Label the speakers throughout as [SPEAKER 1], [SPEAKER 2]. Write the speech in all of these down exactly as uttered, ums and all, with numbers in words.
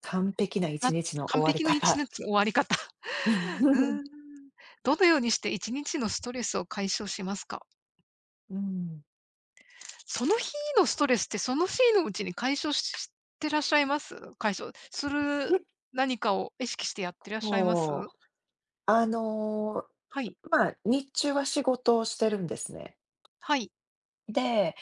[SPEAKER 1] 完璧な1
[SPEAKER 2] な
[SPEAKER 1] 日の終
[SPEAKER 2] 完
[SPEAKER 1] わり
[SPEAKER 2] 璧な一日
[SPEAKER 1] 方。
[SPEAKER 2] の終わり方。う ーん。どのようにして一日のストレスを解消しますか？
[SPEAKER 1] うん。
[SPEAKER 2] その日のストレスってその日のうちに解消ししてらっしゃいます？解消する
[SPEAKER 1] 結
[SPEAKER 2] 何かを意識してやってらっしゃいます？
[SPEAKER 1] 構、あの、
[SPEAKER 2] はい。
[SPEAKER 1] まあ、日中は仕事をしてるんですね。
[SPEAKER 2] はい。
[SPEAKER 1] で、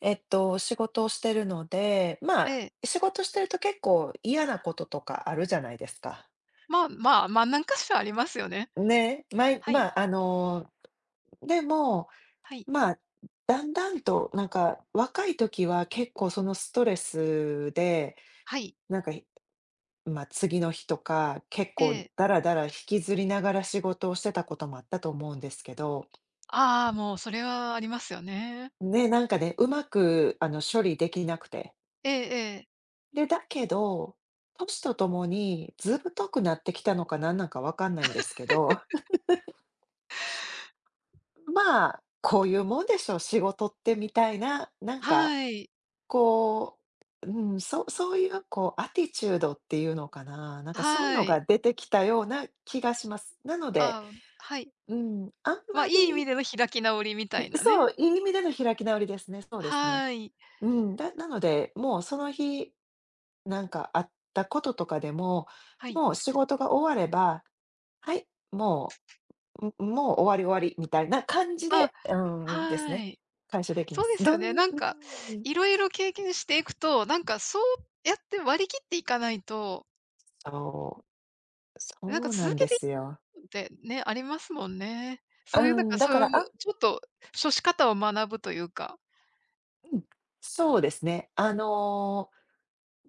[SPEAKER 1] えっと、仕事をしてるので、まあ、
[SPEAKER 2] ええ。
[SPEAKER 1] 仕事してると結構嫌なこととかあるじゃないですか。
[SPEAKER 2] まあまあ、ま、何かしらありますよね。
[SPEAKER 1] ね、まい
[SPEAKER 2] はい。
[SPEAKER 1] まあ、あの、でも、
[SPEAKER 2] はい。
[SPEAKER 1] まあ、だんだんと、なんか、若い時は結構そのストレスで、
[SPEAKER 2] はい。
[SPEAKER 1] なんかまあ、次の日とか、結
[SPEAKER 2] え
[SPEAKER 1] 構
[SPEAKER 2] え。
[SPEAKER 1] ダラダラ引きずりながら仕事をしてたこともあったと思うんですけど、
[SPEAKER 2] ああ、もうそれはありますよね。
[SPEAKER 1] ね、なんかね、うまくあの、処理できなくて。
[SPEAKER 2] ええええ。
[SPEAKER 1] で、だけど、歳とともに図太くなってきたのかなんなんかわかんないんですけど、まあ、こういうもんでしょう、仕事ってみたいな、なんか、
[SPEAKER 2] はい。
[SPEAKER 1] こう、うん、そそういうこうアティチュードっていうのかな、なんかそういう
[SPEAKER 2] は
[SPEAKER 1] のが
[SPEAKER 2] い。
[SPEAKER 1] 出てきたような気がします。なので、
[SPEAKER 2] ああ、はい。
[SPEAKER 1] うん、あん
[SPEAKER 2] まあ、
[SPEAKER 1] ま
[SPEAKER 2] いい意味
[SPEAKER 1] り
[SPEAKER 2] での開き直りみたい
[SPEAKER 1] う
[SPEAKER 2] な
[SPEAKER 1] そ
[SPEAKER 2] ね。
[SPEAKER 1] う、いい意味での開き直りですね。そうですね。
[SPEAKER 2] はい。
[SPEAKER 1] うん、だなので、もうその日、なんかあったこととかでも、
[SPEAKER 2] はい。
[SPEAKER 1] もう仕事が終われば、はい、もう、んもう終わり終わりみたいな感じ
[SPEAKER 2] あ、
[SPEAKER 1] で、うん、です
[SPEAKER 2] は
[SPEAKER 1] ね。
[SPEAKER 2] い。
[SPEAKER 1] 解消できま
[SPEAKER 2] そう
[SPEAKER 1] す。
[SPEAKER 2] です
[SPEAKER 1] ど
[SPEAKER 2] よ
[SPEAKER 1] ん
[SPEAKER 2] ね。なん
[SPEAKER 1] う
[SPEAKER 2] か、
[SPEAKER 1] ん、
[SPEAKER 2] いろいろ経験していくと、なんかそうやって割り切っていかないと、
[SPEAKER 1] そう、
[SPEAKER 2] なん
[SPEAKER 1] そ
[SPEAKER 2] か
[SPEAKER 1] うな
[SPEAKER 2] 続
[SPEAKER 1] ん
[SPEAKER 2] け
[SPEAKER 1] で
[SPEAKER 2] てい
[SPEAKER 1] すよ。
[SPEAKER 2] くのってね、ありますもんね。
[SPEAKER 1] う
[SPEAKER 2] そういうなん
[SPEAKER 1] ん、
[SPEAKER 2] か、
[SPEAKER 1] だ
[SPEAKER 2] そう
[SPEAKER 1] か
[SPEAKER 2] いう
[SPEAKER 1] ら、あ
[SPEAKER 2] ちょっと処し方を学ぶというか。
[SPEAKER 1] うん、そうですね。あの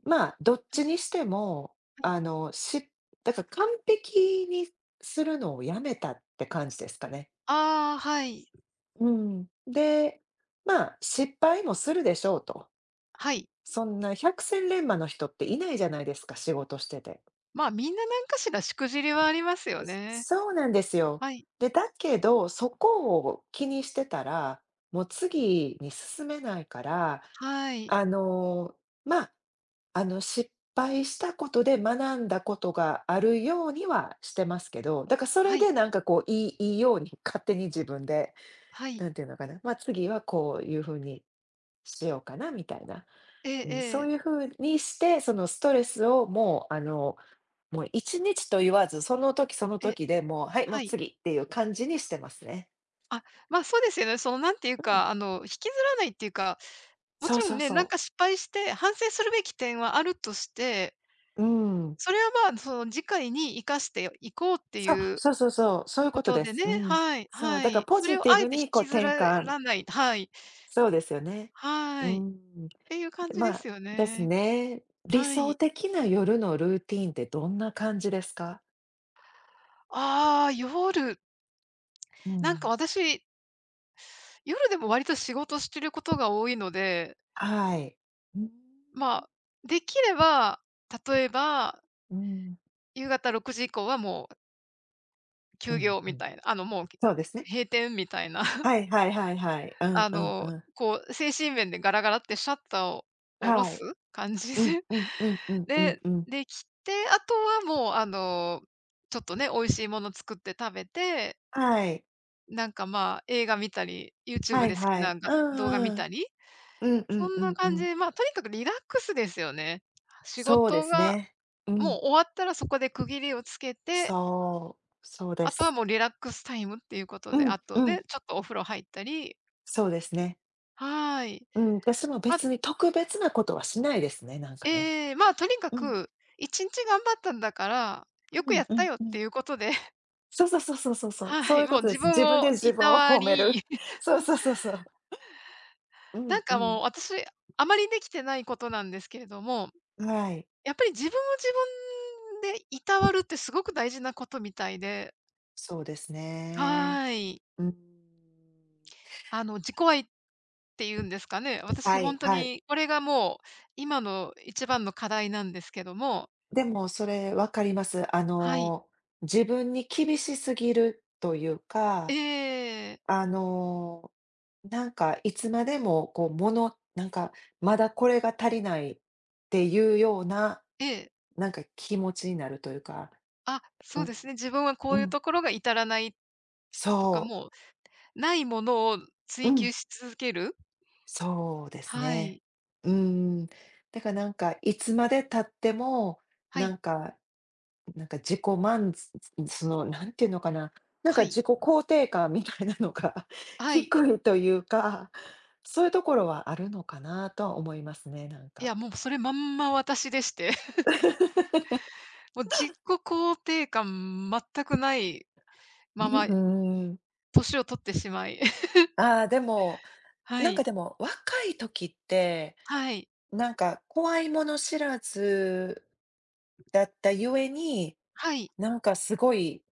[SPEAKER 1] ーまあ、どっ
[SPEAKER 2] はい
[SPEAKER 1] ちにしても、
[SPEAKER 2] はい。
[SPEAKER 1] あの、しだから完璧にするのをやめたって感じですかね。
[SPEAKER 2] ああ、はい。
[SPEAKER 1] うん。で、まあ、失敗もするでしょうと。
[SPEAKER 2] はい。
[SPEAKER 1] そんな百戦錬磨の人っていないじゃないですか、仕事してて。
[SPEAKER 2] まあ、みんな何かしらしくじりはありますよね。
[SPEAKER 1] そうなんですよ。
[SPEAKER 2] はい。
[SPEAKER 1] で、だけど、そこを気にしてたら、もう次に進めないから、
[SPEAKER 2] はい。
[SPEAKER 1] あの、まあ、あの、失敗したことで学んだことがあるようにはしてますけど、だからそ
[SPEAKER 2] は
[SPEAKER 1] れ
[SPEAKER 2] い。
[SPEAKER 1] でなんかこう、いいいいように勝手に自分で
[SPEAKER 2] はい。
[SPEAKER 1] なんていうのかな、まあ、次はこういう風にしようかなみたいな。
[SPEAKER 2] ええ
[SPEAKER 1] うん、
[SPEAKER 2] え
[SPEAKER 1] そう
[SPEAKER 2] え。
[SPEAKER 1] いう風にして、そのストレスをもう、あの、もういちにちと言わず、その時その
[SPEAKER 2] ええ、
[SPEAKER 1] 時でもう、はい、も
[SPEAKER 2] は
[SPEAKER 1] う
[SPEAKER 2] い。
[SPEAKER 1] 次っていう感じにしてますね。
[SPEAKER 2] あ、ま、そうですよね。そのなんていう
[SPEAKER 1] うん、
[SPEAKER 2] か、あの、引きずらないっていうか、も
[SPEAKER 1] そう
[SPEAKER 2] ちろ
[SPEAKER 1] そ
[SPEAKER 2] ん
[SPEAKER 1] う
[SPEAKER 2] ね、
[SPEAKER 1] そ
[SPEAKER 2] なんか
[SPEAKER 1] う。
[SPEAKER 2] 失敗して反省するべき点はあるとして、
[SPEAKER 1] うん。
[SPEAKER 2] それは、まあ、その次回に生かしていこうって
[SPEAKER 1] そう、
[SPEAKER 2] いう
[SPEAKER 1] そうそうそう、そういう
[SPEAKER 2] こ
[SPEAKER 1] こと
[SPEAKER 2] と
[SPEAKER 1] で
[SPEAKER 2] で
[SPEAKER 1] す。
[SPEAKER 2] ね、
[SPEAKER 1] うん。
[SPEAKER 2] はい、
[SPEAKER 1] そう、
[SPEAKER 2] は
[SPEAKER 1] だから
[SPEAKER 2] い。
[SPEAKER 1] ポ
[SPEAKER 2] それ
[SPEAKER 1] ジ
[SPEAKER 2] を
[SPEAKER 1] ティ
[SPEAKER 2] あえ
[SPEAKER 1] ブ
[SPEAKER 2] て引
[SPEAKER 1] にこう
[SPEAKER 2] きず
[SPEAKER 1] 転
[SPEAKER 2] ら
[SPEAKER 1] 換
[SPEAKER 2] らないはい、
[SPEAKER 1] そうですよね。う
[SPEAKER 2] はい。っ
[SPEAKER 1] ん、
[SPEAKER 2] ていう感じで
[SPEAKER 1] まあ、
[SPEAKER 2] すよ
[SPEAKER 1] です
[SPEAKER 2] ね。
[SPEAKER 1] ね。理
[SPEAKER 2] は
[SPEAKER 1] 想
[SPEAKER 2] い。
[SPEAKER 1] 的な夜のルーティーンってどんな感じですか？
[SPEAKER 2] ああ、夜、
[SPEAKER 1] う
[SPEAKER 2] なんか
[SPEAKER 1] ん。
[SPEAKER 2] 私、夜でも割と仕事してることが多いので、
[SPEAKER 1] はい。うん、
[SPEAKER 2] まあ、できれば、例えば、
[SPEAKER 1] うん、
[SPEAKER 2] 夕方ろくじ以降はもう
[SPEAKER 1] う
[SPEAKER 2] 休
[SPEAKER 1] ん、
[SPEAKER 2] 業
[SPEAKER 1] う
[SPEAKER 2] み
[SPEAKER 1] ん。
[SPEAKER 2] たいな、あの、もう、
[SPEAKER 1] そうですね。
[SPEAKER 2] 閉店みたいな、
[SPEAKER 1] はいはいはいはい。うん
[SPEAKER 2] あ
[SPEAKER 1] うん
[SPEAKER 2] の、
[SPEAKER 1] うん。
[SPEAKER 2] こう、精神面でガラガラってシャッターを下ろ
[SPEAKER 1] は
[SPEAKER 2] す
[SPEAKER 1] い。
[SPEAKER 2] 感じ
[SPEAKER 1] うんうんうんう
[SPEAKER 2] で、
[SPEAKER 1] んうん うん。
[SPEAKER 2] で、できて、あとはもう、あの、ちょっとね、美味しいもの作って食べて、
[SPEAKER 1] はい。
[SPEAKER 2] なんか、まあ、映画見たり、
[SPEAKER 1] は
[SPEAKER 2] YouTube
[SPEAKER 1] い
[SPEAKER 2] で好き
[SPEAKER 1] は
[SPEAKER 2] な
[SPEAKER 1] い。
[SPEAKER 2] が
[SPEAKER 1] う
[SPEAKER 2] 動画見
[SPEAKER 1] んうん。
[SPEAKER 2] たり、
[SPEAKER 1] うんう
[SPEAKER 2] そ
[SPEAKER 1] ん
[SPEAKER 2] ん
[SPEAKER 1] う
[SPEAKER 2] な
[SPEAKER 1] んう
[SPEAKER 2] 感じ
[SPEAKER 1] ん。
[SPEAKER 2] で、まあ、とにかくリラックスですよね。仕
[SPEAKER 1] そうで
[SPEAKER 2] 事
[SPEAKER 1] す
[SPEAKER 2] が
[SPEAKER 1] ね。うん。
[SPEAKER 2] もう終わったらそこで区切りをつけて
[SPEAKER 1] そう、そうで
[SPEAKER 2] あとは
[SPEAKER 1] す。
[SPEAKER 2] もうリラックスタイムっていうこと
[SPEAKER 1] う
[SPEAKER 2] で、
[SPEAKER 1] ん
[SPEAKER 2] あと
[SPEAKER 1] うん。
[SPEAKER 2] ね、ちょっとお風呂入ったり、
[SPEAKER 1] そうですね。
[SPEAKER 2] はい。
[SPEAKER 1] うん、私も
[SPEAKER 2] あ
[SPEAKER 1] 別に特別なことはしないですね、なんかね。
[SPEAKER 2] ええ、まあ、とにか
[SPEAKER 1] うん。
[SPEAKER 2] くいちにち頑張ったんだから、よ
[SPEAKER 1] う
[SPEAKER 2] くや
[SPEAKER 1] ん
[SPEAKER 2] っ
[SPEAKER 1] う
[SPEAKER 2] た
[SPEAKER 1] ん
[SPEAKER 2] よっ
[SPEAKER 1] う
[SPEAKER 2] て
[SPEAKER 1] ん。
[SPEAKER 2] いうことで、
[SPEAKER 1] そうそうそうそうそうそう。そ
[SPEAKER 2] は
[SPEAKER 1] うい
[SPEAKER 2] い、
[SPEAKER 1] うこ
[SPEAKER 2] もう
[SPEAKER 1] とで
[SPEAKER 2] 自
[SPEAKER 1] す。
[SPEAKER 2] 分
[SPEAKER 1] 自分で
[SPEAKER 2] を
[SPEAKER 1] 自
[SPEAKER 2] い
[SPEAKER 1] 分
[SPEAKER 2] た
[SPEAKER 1] を
[SPEAKER 2] わ
[SPEAKER 1] 褒める。
[SPEAKER 2] り、
[SPEAKER 1] そ
[SPEAKER 2] そ
[SPEAKER 1] う
[SPEAKER 2] う、
[SPEAKER 1] そうそうそう。うん
[SPEAKER 2] なん
[SPEAKER 1] う
[SPEAKER 2] か
[SPEAKER 1] ん。
[SPEAKER 2] もう私、あまりできてないことなんですけれども、
[SPEAKER 1] はい、
[SPEAKER 2] やっぱり自分を自分でいたわるってすごく大事なことみたいで、
[SPEAKER 1] そうですね。
[SPEAKER 2] はい。
[SPEAKER 1] うん。
[SPEAKER 2] あの、自己愛ていうんですかね。私
[SPEAKER 1] はい、
[SPEAKER 2] 本当
[SPEAKER 1] はい。
[SPEAKER 2] にこれがもう、今の一番の課題なんですけども。
[SPEAKER 1] でもそれわかります。あ
[SPEAKER 2] はい。
[SPEAKER 1] の、自分に厳しすぎるというか、
[SPEAKER 2] ええ。
[SPEAKER 1] あの、なんかいつまでもこうものなんかまだこれが足りないっていうような、
[SPEAKER 2] ええ。
[SPEAKER 1] なんか気持ちになるというか、
[SPEAKER 2] あ、
[SPEAKER 1] う
[SPEAKER 2] そう
[SPEAKER 1] ん、
[SPEAKER 2] ですね。自分はこ
[SPEAKER 1] う
[SPEAKER 2] ういう
[SPEAKER 1] ん、
[SPEAKER 2] ところが至らないとか、
[SPEAKER 1] そ
[SPEAKER 2] もうないものを
[SPEAKER 1] う、う
[SPEAKER 2] 追
[SPEAKER 1] ん、
[SPEAKER 2] 求し続ける。
[SPEAKER 1] そうです
[SPEAKER 2] は
[SPEAKER 1] ね。
[SPEAKER 2] い。
[SPEAKER 1] うん。だからなんかいつまで経っても、
[SPEAKER 2] は
[SPEAKER 1] な
[SPEAKER 2] い。
[SPEAKER 1] んかなんか自己満足その、なんていうのかな、なん
[SPEAKER 2] は
[SPEAKER 1] か
[SPEAKER 2] い。
[SPEAKER 1] 自己肯定感みたいなのが
[SPEAKER 2] は
[SPEAKER 1] 低
[SPEAKER 2] い。
[SPEAKER 1] いというか、そういうところはあるのかなとは思いますね、なん
[SPEAKER 2] いや、
[SPEAKER 1] か。
[SPEAKER 2] もうそれまんま私でして。もう自己肯定感全くない
[SPEAKER 1] う
[SPEAKER 2] まま、
[SPEAKER 1] ん、うん。
[SPEAKER 2] 年を取ってしまい。
[SPEAKER 1] ああ、でも、
[SPEAKER 2] は
[SPEAKER 1] なんか
[SPEAKER 2] い。
[SPEAKER 1] でも、若い時って、
[SPEAKER 2] はい。
[SPEAKER 1] なんか怖いもの知らずだったゆえに、
[SPEAKER 2] はい。
[SPEAKER 1] なんかすごい、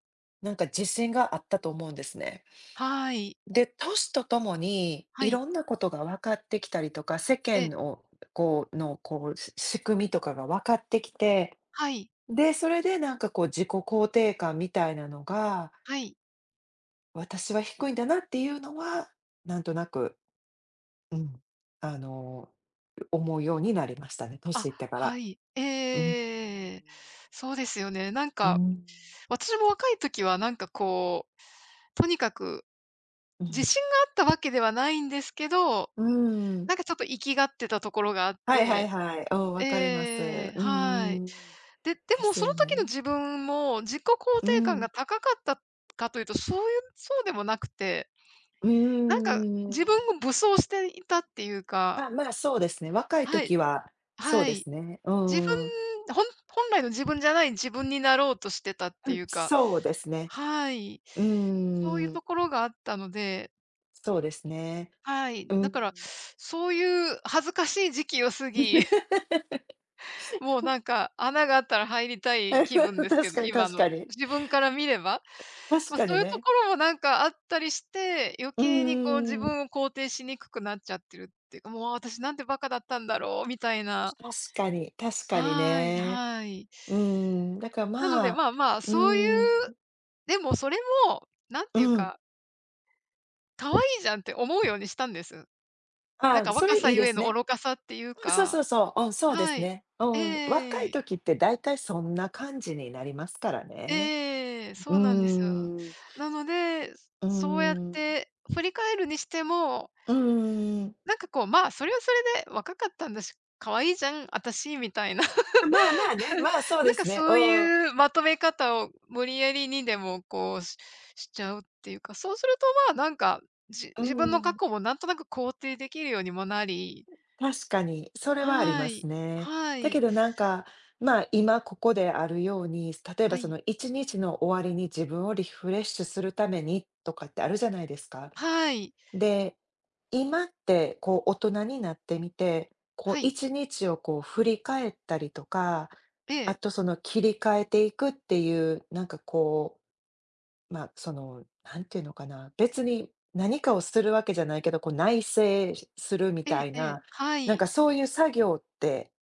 [SPEAKER 1] なんか自信があったと思うんですね。
[SPEAKER 2] はい。
[SPEAKER 1] で、年とともに、
[SPEAKER 2] は
[SPEAKER 1] い
[SPEAKER 2] い。
[SPEAKER 1] ろんなことが分かってきたりとか、世間
[SPEAKER 2] え。
[SPEAKER 1] のこうの、こう、し仕組みとかが分かってきて、
[SPEAKER 2] はい。
[SPEAKER 1] で、それでなんかこう自己肯定感みたいなのが、
[SPEAKER 2] はい。
[SPEAKER 1] 私は低いんだなっていうのは、なんとなく、うん、あの、思うようになりましたね、
[SPEAKER 2] あ、
[SPEAKER 1] 年いってか
[SPEAKER 2] は
[SPEAKER 1] ら。
[SPEAKER 2] い。ええ
[SPEAKER 1] うん。
[SPEAKER 2] ええええ。そうですよね。なん
[SPEAKER 1] う
[SPEAKER 2] か、
[SPEAKER 1] ん。
[SPEAKER 2] 私も若い時はなんかこう、とにかく
[SPEAKER 1] う
[SPEAKER 2] 自
[SPEAKER 1] ん。
[SPEAKER 2] 信があったわけではないんですけど、
[SPEAKER 1] うーん。
[SPEAKER 2] なんかちょっと粋がってたところがあっ
[SPEAKER 1] はいはい
[SPEAKER 2] て。
[SPEAKER 1] はい。うん、分かります。うん
[SPEAKER 2] ええ
[SPEAKER 1] うん
[SPEAKER 2] はい。
[SPEAKER 1] うんうんはいはいはいおわかりますうん
[SPEAKER 2] で、で
[SPEAKER 1] で
[SPEAKER 2] も
[SPEAKER 1] す
[SPEAKER 2] その
[SPEAKER 1] よ
[SPEAKER 2] 時の
[SPEAKER 1] ね。
[SPEAKER 2] 自分も自己肯
[SPEAKER 1] う
[SPEAKER 2] 定感
[SPEAKER 1] ん。
[SPEAKER 2] が高かったかというと、そういうそうでもなくて、
[SPEAKER 1] う
[SPEAKER 2] なんか
[SPEAKER 1] ん。
[SPEAKER 2] 自分を武装していたっていうか
[SPEAKER 1] あ、まあ、そうですね。若い
[SPEAKER 2] は
[SPEAKER 1] 時
[SPEAKER 2] い、
[SPEAKER 1] は、そう
[SPEAKER 2] は
[SPEAKER 1] で
[SPEAKER 2] い。
[SPEAKER 1] すね。う
[SPEAKER 2] 自
[SPEAKER 1] ーん。
[SPEAKER 2] 分、ほん本来の自分じゃない自分になろうとしてたってい うか、
[SPEAKER 1] そうですね。
[SPEAKER 2] はい。
[SPEAKER 1] うー
[SPEAKER 2] そういうと
[SPEAKER 1] ん。
[SPEAKER 2] ころがあったので、
[SPEAKER 1] そうですね。
[SPEAKER 2] はい。
[SPEAKER 1] う
[SPEAKER 2] だから、
[SPEAKER 1] ん。
[SPEAKER 2] そういう恥ずかしい時期を過ぎ、もうなんか穴があったら入りたい
[SPEAKER 1] 確
[SPEAKER 2] 気分ですけど、
[SPEAKER 1] かに
[SPEAKER 2] 今
[SPEAKER 1] 確か
[SPEAKER 2] の
[SPEAKER 1] に。
[SPEAKER 2] 自分から見れば。
[SPEAKER 1] 確
[SPEAKER 2] ま、
[SPEAKER 1] か
[SPEAKER 2] そ
[SPEAKER 1] に
[SPEAKER 2] ういうと
[SPEAKER 1] ね。
[SPEAKER 2] ころもなんかあったりして、余
[SPEAKER 1] う
[SPEAKER 2] 計にこう自
[SPEAKER 1] ーん。
[SPEAKER 2] 分を肯定しにくくなっちゃってるっていうか、もう私なんてバカだったんだろうみたいな。
[SPEAKER 1] 確かに、確かに
[SPEAKER 2] はい
[SPEAKER 1] ね。
[SPEAKER 2] はい。
[SPEAKER 1] うーん、だから、
[SPEAKER 2] なの
[SPEAKER 1] ま
[SPEAKER 2] で、
[SPEAKER 1] あ、
[SPEAKER 2] まあまあ、
[SPEAKER 1] う
[SPEAKER 2] そう
[SPEAKER 1] ー
[SPEAKER 2] いう
[SPEAKER 1] ん、
[SPEAKER 2] でもそれも、なん
[SPEAKER 1] う
[SPEAKER 2] ていう
[SPEAKER 1] ん。
[SPEAKER 2] か、可愛いじゃんって思うようにしたんです。なん
[SPEAKER 1] ああ、
[SPEAKER 2] か
[SPEAKER 1] そ
[SPEAKER 2] 若
[SPEAKER 1] れ
[SPEAKER 2] さ
[SPEAKER 1] いい
[SPEAKER 2] ゆ
[SPEAKER 1] で
[SPEAKER 2] え
[SPEAKER 1] す
[SPEAKER 2] の
[SPEAKER 1] ね。
[SPEAKER 2] 愚かさっていう
[SPEAKER 1] うん、そうそ
[SPEAKER 2] か、
[SPEAKER 1] うそう。うん、そうで
[SPEAKER 2] は
[SPEAKER 1] す
[SPEAKER 2] い。
[SPEAKER 1] ね。うん。若
[SPEAKER 2] え
[SPEAKER 1] い
[SPEAKER 2] え、
[SPEAKER 1] 時って大体そんな感じになりますからね。
[SPEAKER 2] ええ、
[SPEAKER 1] う
[SPEAKER 2] そ
[SPEAKER 1] ー
[SPEAKER 2] うなんですよ。
[SPEAKER 1] ん。
[SPEAKER 2] なので、
[SPEAKER 1] うー
[SPEAKER 2] そうやっ
[SPEAKER 1] ん。
[SPEAKER 2] て振り返るにしても、
[SPEAKER 1] うーん。
[SPEAKER 2] なんかこう、まあ、それはそれで若かったんだし、可愛いじゃん、私みたいな。
[SPEAKER 1] あ、まあまあね、まあ、そうで
[SPEAKER 2] なんか
[SPEAKER 1] すね。
[SPEAKER 2] そう
[SPEAKER 1] うん。
[SPEAKER 2] いうまとめ方を無理やりにでもこう、ししちゃうっていうか、そうするとまあ、なんか、じ
[SPEAKER 1] う
[SPEAKER 2] 自分の過
[SPEAKER 1] ん、
[SPEAKER 2] 去もなんとなく肯定できるようにもなり
[SPEAKER 1] 確かに、それはあり
[SPEAKER 2] は
[SPEAKER 1] ます
[SPEAKER 2] い。
[SPEAKER 1] ね。
[SPEAKER 2] は
[SPEAKER 1] だけ
[SPEAKER 2] い。
[SPEAKER 1] どなんか、まあ、今ここであるように、例えば
[SPEAKER 2] は
[SPEAKER 1] そ
[SPEAKER 2] い。
[SPEAKER 1] のいちにちの終わりに自分をリフレッシュするためにとかってあるじゃないですか。
[SPEAKER 2] はい。
[SPEAKER 1] で、今ってこう大人になってみて、こう
[SPEAKER 2] はい。
[SPEAKER 1] いちにちをこう振り返ったりとか、
[SPEAKER 2] え
[SPEAKER 1] あ
[SPEAKER 2] え。
[SPEAKER 1] とその切り替えていくっていう、なんかこうまあ、その、なんていうのかな、別に何かをするわけじゃないけど、こう内省するみ
[SPEAKER 2] え
[SPEAKER 1] た
[SPEAKER 2] え
[SPEAKER 1] い
[SPEAKER 2] ええ。
[SPEAKER 1] な、
[SPEAKER 2] は
[SPEAKER 1] なんか
[SPEAKER 2] い。
[SPEAKER 1] そういう作業って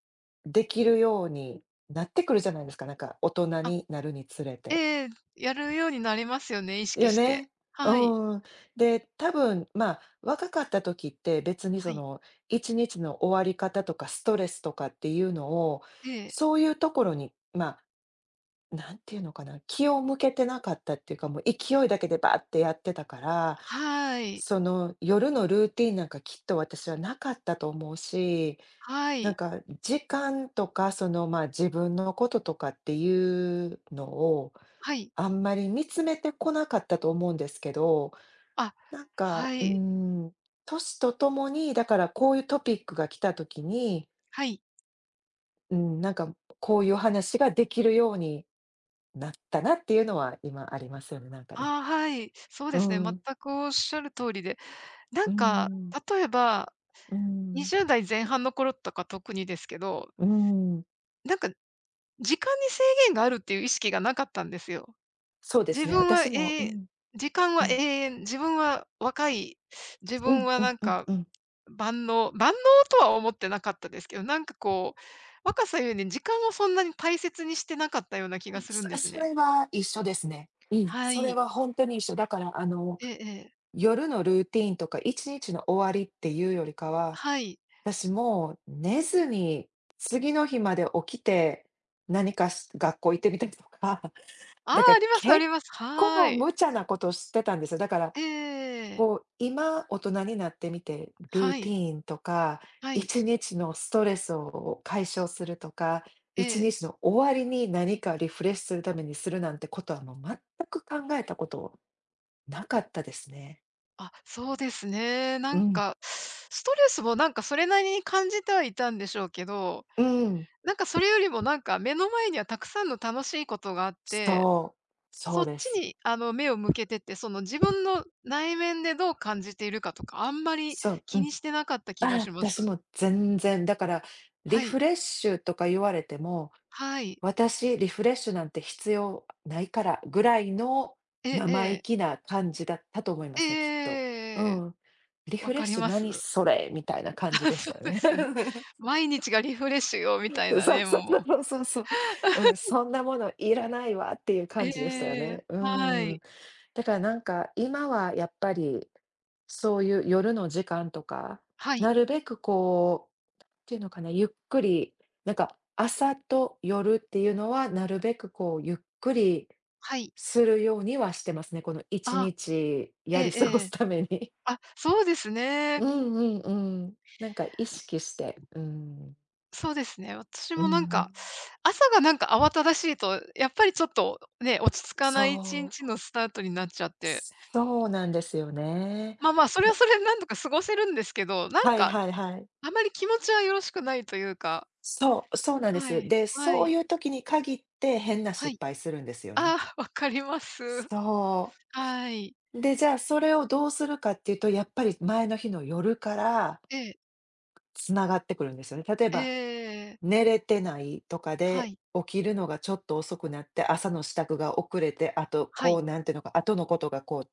[SPEAKER 1] できるようになってくるじゃないですか、なんか大人
[SPEAKER 2] あ、
[SPEAKER 1] になるにつれて。
[SPEAKER 2] ええ、やるようになりますよね、意識
[SPEAKER 1] よ
[SPEAKER 2] して。
[SPEAKER 1] ね。
[SPEAKER 2] はい。
[SPEAKER 1] うん。で、多分、まあ、若かった時って別にそ
[SPEAKER 2] はい。
[SPEAKER 1] のいちにちの終わり方とかストレスとかっていうのを、
[SPEAKER 2] ええ。
[SPEAKER 1] そういうところに、まあ、なんていうのかな、気を向けてなかったっていうか、もう勢いだけでバーってやってたから
[SPEAKER 2] はい。
[SPEAKER 1] その夜のルーティンなんかきっと私はなかったと思うし、
[SPEAKER 2] は
[SPEAKER 1] なん
[SPEAKER 2] い。
[SPEAKER 1] か時間とか、その、まあ、自分のこととかっていうのを、
[SPEAKER 2] はい。
[SPEAKER 1] あんまり見つめてこなかったと思うんですけど、
[SPEAKER 2] あ、
[SPEAKER 1] なんか、
[SPEAKER 2] は
[SPEAKER 1] う
[SPEAKER 2] い。
[SPEAKER 1] ん、年とともに、だからこういうトピックが来た時に、
[SPEAKER 2] はい。
[SPEAKER 1] うん、なんかこういう話ができるようになったなっていうのは今ありますよね、なんかね。
[SPEAKER 2] ああ、はい。そう
[SPEAKER 1] う
[SPEAKER 2] ですね、全
[SPEAKER 1] ん、
[SPEAKER 2] くおっしゃる通りで、な
[SPEAKER 1] う
[SPEAKER 2] んか、
[SPEAKER 1] ん、
[SPEAKER 2] 例えば、
[SPEAKER 1] うん、
[SPEAKER 2] にじゅう代前半の頃とか特にですけど、
[SPEAKER 1] うん。
[SPEAKER 2] なんか時間に制限があるっていう意識がなかったんですよ。
[SPEAKER 1] そうです
[SPEAKER 2] 自
[SPEAKER 1] ね、
[SPEAKER 2] 分は
[SPEAKER 1] 私
[SPEAKER 2] 永
[SPEAKER 1] も、う
[SPEAKER 2] 遠、
[SPEAKER 1] ん。
[SPEAKER 2] 時間
[SPEAKER 1] う
[SPEAKER 2] は永
[SPEAKER 1] ん、
[SPEAKER 2] 遠、自分は若い、自
[SPEAKER 1] う
[SPEAKER 2] 分
[SPEAKER 1] ん
[SPEAKER 2] は
[SPEAKER 1] う
[SPEAKER 2] な
[SPEAKER 1] ん
[SPEAKER 2] ん
[SPEAKER 1] うん
[SPEAKER 2] か
[SPEAKER 1] うん。うん
[SPEAKER 2] 万能万能とは思ってなかったですけど、なんかこう、若さゆえに時間をそんなに大切にしてなかったような気がするん
[SPEAKER 1] そ
[SPEAKER 2] です
[SPEAKER 1] そ
[SPEAKER 2] ね。
[SPEAKER 1] れは一緒ですね。うん。
[SPEAKER 2] は
[SPEAKER 1] それ
[SPEAKER 2] い。
[SPEAKER 1] はほんとに一緒。だから、あの、
[SPEAKER 2] ええええ。
[SPEAKER 1] 夜のルーティンとかいちにちの終わりっていうよりかは、
[SPEAKER 2] はい。
[SPEAKER 1] 私もう寝ずに、次の日まで起きて、何かし学校行ってみたりとか、
[SPEAKER 2] ああ、
[SPEAKER 1] だか
[SPEAKER 2] あ
[SPEAKER 1] ら
[SPEAKER 2] りますあ
[SPEAKER 1] 結
[SPEAKER 2] ります。は
[SPEAKER 1] 構
[SPEAKER 2] ーい。
[SPEAKER 1] 無茶なことしてたんですよ。だから
[SPEAKER 2] ええええ。
[SPEAKER 1] こう、今大人になってみて、ルー
[SPEAKER 2] は
[SPEAKER 1] テ
[SPEAKER 2] い、
[SPEAKER 1] ィーンとか、
[SPEAKER 2] はい、
[SPEAKER 1] いちにちのストレスを解消するとか、
[SPEAKER 2] え
[SPEAKER 1] 1
[SPEAKER 2] え。
[SPEAKER 1] 日の終わりに何かリフレッシュするためにするなんてことはもう全く考えたことなかったですね。
[SPEAKER 2] あ、そうですね。な
[SPEAKER 1] う
[SPEAKER 2] ん
[SPEAKER 1] ん、
[SPEAKER 2] か、ストレスもなんかそれなりに感じてはいたんでしょうけど
[SPEAKER 1] うん、
[SPEAKER 2] なんかそれよりもなんか目の前にはたくさんの楽しいことがあって、
[SPEAKER 1] そう、そ
[SPEAKER 2] そ
[SPEAKER 1] う
[SPEAKER 2] っ
[SPEAKER 1] で
[SPEAKER 2] ち
[SPEAKER 1] す。
[SPEAKER 2] にあの目を向けてって、その自分の内面でどう感じているかとか、あんまり
[SPEAKER 1] そう、う
[SPEAKER 2] 気に
[SPEAKER 1] ん。
[SPEAKER 2] してなかった気が
[SPEAKER 1] あ、
[SPEAKER 2] します。
[SPEAKER 1] 私も全然、だからリ
[SPEAKER 2] は
[SPEAKER 1] フ
[SPEAKER 2] い。
[SPEAKER 1] レッシュとか言われても、
[SPEAKER 2] はい。
[SPEAKER 1] 私、リフレッシュなんて必要ないから、ぐらいの
[SPEAKER 2] えええ
[SPEAKER 1] 生意
[SPEAKER 2] え。
[SPEAKER 1] 気な感じだったと思いま
[SPEAKER 2] ええ
[SPEAKER 1] す
[SPEAKER 2] え
[SPEAKER 1] ね、きっと。う
[SPEAKER 2] ええ
[SPEAKER 1] ん。リ
[SPEAKER 2] え
[SPEAKER 1] フレッ
[SPEAKER 2] かり
[SPEAKER 1] シュ
[SPEAKER 2] ま
[SPEAKER 1] 何
[SPEAKER 2] す。
[SPEAKER 1] それ、みたいな感じ でし
[SPEAKER 2] そう
[SPEAKER 1] たよ
[SPEAKER 2] で
[SPEAKER 1] ね。
[SPEAKER 2] すよね。毎日がリフレッシュよみたい
[SPEAKER 1] そう
[SPEAKER 2] なね、
[SPEAKER 1] そう
[SPEAKER 2] もう。
[SPEAKER 1] そうそうそう。うん、そんなものいらないわっていう
[SPEAKER 2] え
[SPEAKER 1] 感じでしたよ
[SPEAKER 2] ええ。
[SPEAKER 1] ね。う
[SPEAKER 2] は
[SPEAKER 1] ん。
[SPEAKER 2] い。
[SPEAKER 1] だからなんか、今はやっぱり、そういう夜の時間とか、
[SPEAKER 2] はい。
[SPEAKER 1] なるべくこう、ていうのかな、ゆっくり、なんか朝と夜っていうのは、なるべくこうゆっくり
[SPEAKER 2] はい。
[SPEAKER 1] するようにはしてますね。この1
[SPEAKER 2] あ、
[SPEAKER 1] 日
[SPEAKER 2] え
[SPEAKER 1] やり
[SPEAKER 2] え
[SPEAKER 1] 過ご
[SPEAKER 2] え
[SPEAKER 1] す
[SPEAKER 2] え。
[SPEAKER 1] ために。
[SPEAKER 2] あ、そうです
[SPEAKER 1] う
[SPEAKER 2] ね。
[SPEAKER 1] んうんうん。なんか意識して、うん。
[SPEAKER 2] そうですね。私
[SPEAKER 1] う
[SPEAKER 2] もなんか、
[SPEAKER 1] ん。
[SPEAKER 2] 朝がなんか慌ただしいと、やっぱりちょっとね、落ち着かない1
[SPEAKER 1] そう。
[SPEAKER 2] 日のスタートになっちゃって、
[SPEAKER 1] そうなんですよね。
[SPEAKER 2] まあまあ、それは
[SPEAKER 1] ね、
[SPEAKER 2] それでなんとか過ごせるんですけど、なん
[SPEAKER 1] はい
[SPEAKER 2] か、
[SPEAKER 1] はいはい。
[SPEAKER 2] あまり気持ちはよろしくないというか、
[SPEAKER 1] そう、そうなんで
[SPEAKER 2] は
[SPEAKER 1] す。
[SPEAKER 2] い、
[SPEAKER 1] で、
[SPEAKER 2] は
[SPEAKER 1] そう
[SPEAKER 2] い、
[SPEAKER 1] いう時に限って変な
[SPEAKER 2] は
[SPEAKER 1] 失
[SPEAKER 2] い。
[SPEAKER 1] 敗するんですよね。
[SPEAKER 2] ああ、わかります。
[SPEAKER 1] そう。
[SPEAKER 2] はい。
[SPEAKER 1] で、じゃあ、それをどうするかっていうと、やっぱり前の日の夜から
[SPEAKER 2] ええ、
[SPEAKER 1] つながってくるんですよね。例え
[SPEAKER 2] え
[SPEAKER 1] ば、
[SPEAKER 2] え、
[SPEAKER 1] 寝れてないとか
[SPEAKER 2] は
[SPEAKER 1] で、
[SPEAKER 2] い、
[SPEAKER 1] 起きるのがちょっと遅くなって、朝の支度が遅れて、あと、
[SPEAKER 2] は
[SPEAKER 1] こ
[SPEAKER 2] い。
[SPEAKER 1] う、なんていうのか、後のことがこ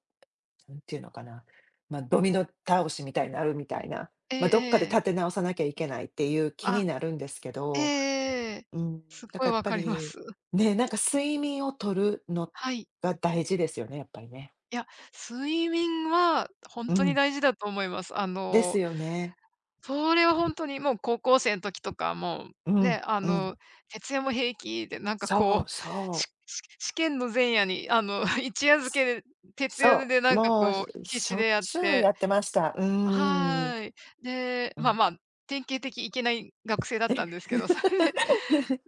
[SPEAKER 1] う、なんていうのかな、まあ、ドミノ倒しみたいになるみたいな、
[SPEAKER 2] え
[SPEAKER 1] まあ、ど
[SPEAKER 2] え
[SPEAKER 1] っかで
[SPEAKER 2] ええ。
[SPEAKER 1] 立て直さなきゃいけないっていう気に
[SPEAKER 2] あ、
[SPEAKER 1] なるんですけ
[SPEAKER 2] えええ
[SPEAKER 1] ど、
[SPEAKER 2] えあええ
[SPEAKER 1] うん、
[SPEAKER 2] すっ
[SPEAKER 1] だ
[SPEAKER 2] ごい
[SPEAKER 1] からやっ
[SPEAKER 2] わ
[SPEAKER 1] ぱ
[SPEAKER 2] かりま
[SPEAKER 1] り、
[SPEAKER 2] す。
[SPEAKER 1] ね、なんか睡眠をとるの
[SPEAKER 2] はい。
[SPEAKER 1] が大事ですよね、やっぱりね。
[SPEAKER 2] いや、睡眠は本
[SPEAKER 1] う
[SPEAKER 2] 当に
[SPEAKER 1] ん、
[SPEAKER 2] 大事だと思います。あ
[SPEAKER 1] です
[SPEAKER 2] の
[SPEAKER 1] よね。
[SPEAKER 2] それは本当にもう高校生の時とか、も
[SPEAKER 1] う
[SPEAKER 2] う、
[SPEAKER 1] ん、
[SPEAKER 2] ね、あ
[SPEAKER 1] うん。
[SPEAKER 2] の、「徹夜も平気」で、なんか
[SPEAKER 1] そ
[SPEAKER 2] こ
[SPEAKER 1] う
[SPEAKER 2] う、
[SPEAKER 1] そ
[SPEAKER 2] し
[SPEAKER 1] う。
[SPEAKER 2] し試験の前夜に、あの、一夜漬けで、徹夜
[SPEAKER 1] そ
[SPEAKER 2] で
[SPEAKER 1] う、
[SPEAKER 2] なんか
[SPEAKER 1] もう、し
[SPEAKER 2] こう、必
[SPEAKER 1] し
[SPEAKER 2] 死
[SPEAKER 1] ょ
[SPEAKER 2] で
[SPEAKER 1] っ
[SPEAKER 2] やっ
[SPEAKER 1] ちゅう
[SPEAKER 2] て
[SPEAKER 1] やってました。うーん。
[SPEAKER 2] はーい。で、
[SPEAKER 1] う
[SPEAKER 2] まあ
[SPEAKER 1] ん。
[SPEAKER 2] まあ、典型的いけない学生だったんですけど、それで、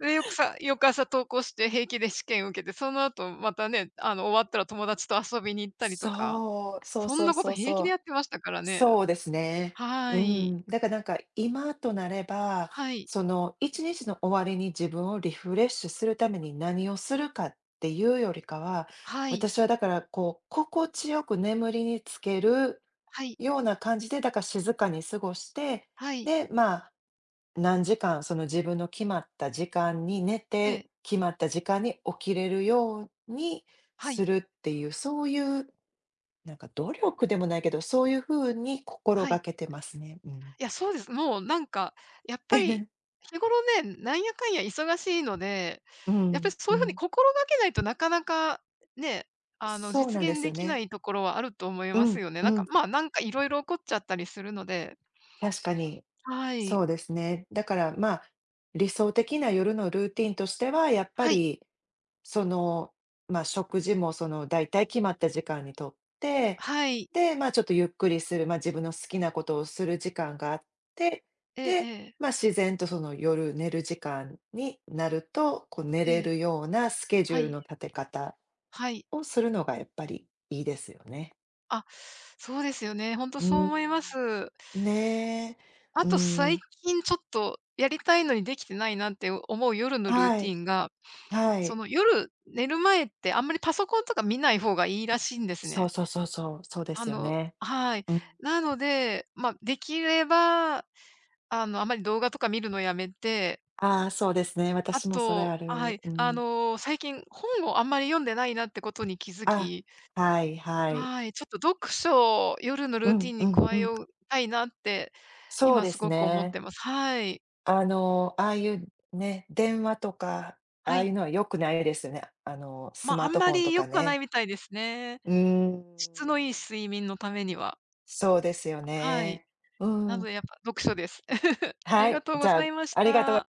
[SPEAKER 2] で、よくさ翌朝登校して平気で試験受けて、その後またね、あの、終わったら友達と遊びに行ったりとか、
[SPEAKER 1] そう、そう
[SPEAKER 2] そん
[SPEAKER 1] そう
[SPEAKER 2] なこと
[SPEAKER 1] そう
[SPEAKER 2] 平
[SPEAKER 1] そ
[SPEAKER 2] 気でや
[SPEAKER 1] う。
[SPEAKER 2] ってましたからね。
[SPEAKER 1] そうですね。
[SPEAKER 2] は
[SPEAKER 1] う
[SPEAKER 2] ーい。
[SPEAKER 1] ん。だからなんか、今となれば、
[SPEAKER 2] はい。
[SPEAKER 1] そのいちにちの終わりに自分をリフレッシュするために何をするかっていうよりかは、
[SPEAKER 2] はい。
[SPEAKER 1] 私はだからこう、心地よく眠りにつける
[SPEAKER 2] はい。
[SPEAKER 1] ような感じで、だから静かに過ごして、
[SPEAKER 2] はい、
[SPEAKER 1] で、まあ何時間、その自分の決まった時間に寝
[SPEAKER 2] え
[SPEAKER 1] て、
[SPEAKER 2] え、
[SPEAKER 1] 決まった時間に起きれるように
[SPEAKER 2] は
[SPEAKER 1] す
[SPEAKER 2] い、
[SPEAKER 1] るっていう、そういうなんか努力でもないけど、そういう風に心
[SPEAKER 2] は
[SPEAKER 1] が
[SPEAKER 2] い。
[SPEAKER 1] けてますね。うん。
[SPEAKER 2] いや、そうです。もうなんか、やっぱり 日頃ね、なんやかんや忙しいので、
[SPEAKER 1] う
[SPEAKER 2] やっぱ
[SPEAKER 1] ん、
[SPEAKER 2] りそ
[SPEAKER 1] う
[SPEAKER 2] ういう風に
[SPEAKER 1] ん。
[SPEAKER 2] 心がけないとなかなかね、あの、
[SPEAKER 1] そう
[SPEAKER 2] 実
[SPEAKER 1] なんで
[SPEAKER 2] 現
[SPEAKER 1] す
[SPEAKER 2] で
[SPEAKER 1] よ
[SPEAKER 2] きな
[SPEAKER 1] ね。
[SPEAKER 2] いところはあると思い
[SPEAKER 1] う
[SPEAKER 2] ます
[SPEAKER 1] ん、
[SPEAKER 2] よね。
[SPEAKER 1] う
[SPEAKER 2] なんか、
[SPEAKER 1] ん、
[SPEAKER 2] まあ、なんかいろいろ起こっちゃったりするので。
[SPEAKER 1] 確かに。
[SPEAKER 2] は
[SPEAKER 1] そ
[SPEAKER 2] い。
[SPEAKER 1] うですね。だから、まあ、理想的な夜のルーティンとしては、やっぱ
[SPEAKER 2] はい、
[SPEAKER 1] り、その、まあ、食事もその、だいたい決まった時間にとって、
[SPEAKER 2] はい。
[SPEAKER 1] で、まあ、ちょっとゆっくりする、まあ、自分の好きなことをする時間があって、
[SPEAKER 2] えええ
[SPEAKER 1] で、
[SPEAKER 2] え、
[SPEAKER 1] まあ、自然とその夜寝る時間になると、こう寝
[SPEAKER 2] え
[SPEAKER 1] れ
[SPEAKER 2] え、
[SPEAKER 1] るようなスケジュ
[SPEAKER 2] は
[SPEAKER 1] ール
[SPEAKER 2] い、
[SPEAKER 1] の立て方
[SPEAKER 2] はい。
[SPEAKER 1] をするのがやっぱりいいですよね。
[SPEAKER 2] あ、そうですよね。ほんと
[SPEAKER 1] う
[SPEAKER 2] そう
[SPEAKER 1] ー
[SPEAKER 2] 思いま
[SPEAKER 1] ん。
[SPEAKER 2] す。
[SPEAKER 1] ねえ。
[SPEAKER 2] あ
[SPEAKER 1] うー
[SPEAKER 2] と最
[SPEAKER 1] ん。
[SPEAKER 2] 近ちょっとやりたいのにできてないなって思う夜のルー
[SPEAKER 1] は
[SPEAKER 2] テ
[SPEAKER 1] い。
[SPEAKER 2] ィンが
[SPEAKER 1] は
[SPEAKER 2] そ
[SPEAKER 1] い。
[SPEAKER 2] の夜、寝る前ってあんまりパソコンとか見ない方がいいらしいんです
[SPEAKER 1] そう
[SPEAKER 2] ね。
[SPEAKER 1] そうそうそう、そうで
[SPEAKER 2] あ
[SPEAKER 1] すよ
[SPEAKER 2] の
[SPEAKER 1] ね。
[SPEAKER 2] はい。
[SPEAKER 1] うん。
[SPEAKER 2] なので、まあ、できれば、あの、あまり動画とか見るのやめて、
[SPEAKER 1] ああ、そうですね。
[SPEAKER 2] あ
[SPEAKER 1] 私もそれ
[SPEAKER 2] と
[SPEAKER 1] あ
[SPEAKER 2] は
[SPEAKER 1] る。
[SPEAKER 2] い、
[SPEAKER 1] う
[SPEAKER 2] あ
[SPEAKER 1] ん。
[SPEAKER 2] の、最近本をあんまり読んでないなってことに気づ
[SPEAKER 1] あ、
[SPEAKER 2] き、
[SPEAKER 1] はいはい。
[SPEAKER 2] はい、ちょっと読書を夜の
[SPEAKER 1] う
[SPEAKER 2] ルーテ
[SPEAKER 1] ん
[SPEAKER 2] ィン
[SPEAKER 1] う
[SPEAKER 2] に
[SPEAKER 1] ん
[SPEAKER 2] 加
[SPEAKER 1] う
[SPEAKER 2] え
[SPEAKER 1] ん。
[SPEAKER 2] ようたいなって、
[SPEAKER 1] そう
[SPEAKER 2] 今
[SPEAKER 1] で
[SPEAKER 2] す
[SPEAKER 1] す
[SPEAKER 2] ごく思っ
[SPEAKER 1] ね。
[SPEAKER 2] てます。はい。
[SPEAKER 1] あの、ああいうね、電話とか、あ
[SPEAKER 2] は
[SPEAKER 1] あいう
[SPEAKER 2] い。
[SPEAKER 1] のは良くないですよね。あの、ス
[SPEAKER 2] まあ、
[SPEAKER 1] マ
[SPEAKER 2] あ
[SPEAKER 1] ー
[SPEAKER 2] ん
[SPEAKER 1] トフ
[SPEAKER 2] ま
[SPEAKER 1] ォンと
[SPEAKER 2] り良
[SPEAKER 1] か
[SPEAKER 2] くはない
[SPEAKER 1] ね。
[SPEAKER 2] みたいですね。
[SPEAKER 1] うーん。
[SPEAKER 2] 質のいい睡眠のためには。
[SPEAKER 1] そうですよ
[SPEAKER 2] はい。
[SPEAKER 1] ね。う
[SPEAKER 2] なの
[SPEAKER 1] ん。
[SPEAKER 2] でやっぱ読書です。あ
[SPEAKER 1] は
[SPEAKER 2] りが
[SPEAKER 1] い、
[SPEAKER 2] とう
[SPEAKER 1] じ
[SPEAKER 2] ご
[SPEAKER 1] ゃ
[SPEAKER 2] ざ
[SPEAKER 1] あ、
[SPEAKER 2] いまし
[SPEAKER 1] ありがとうございます。
[SPEAKER 2] た。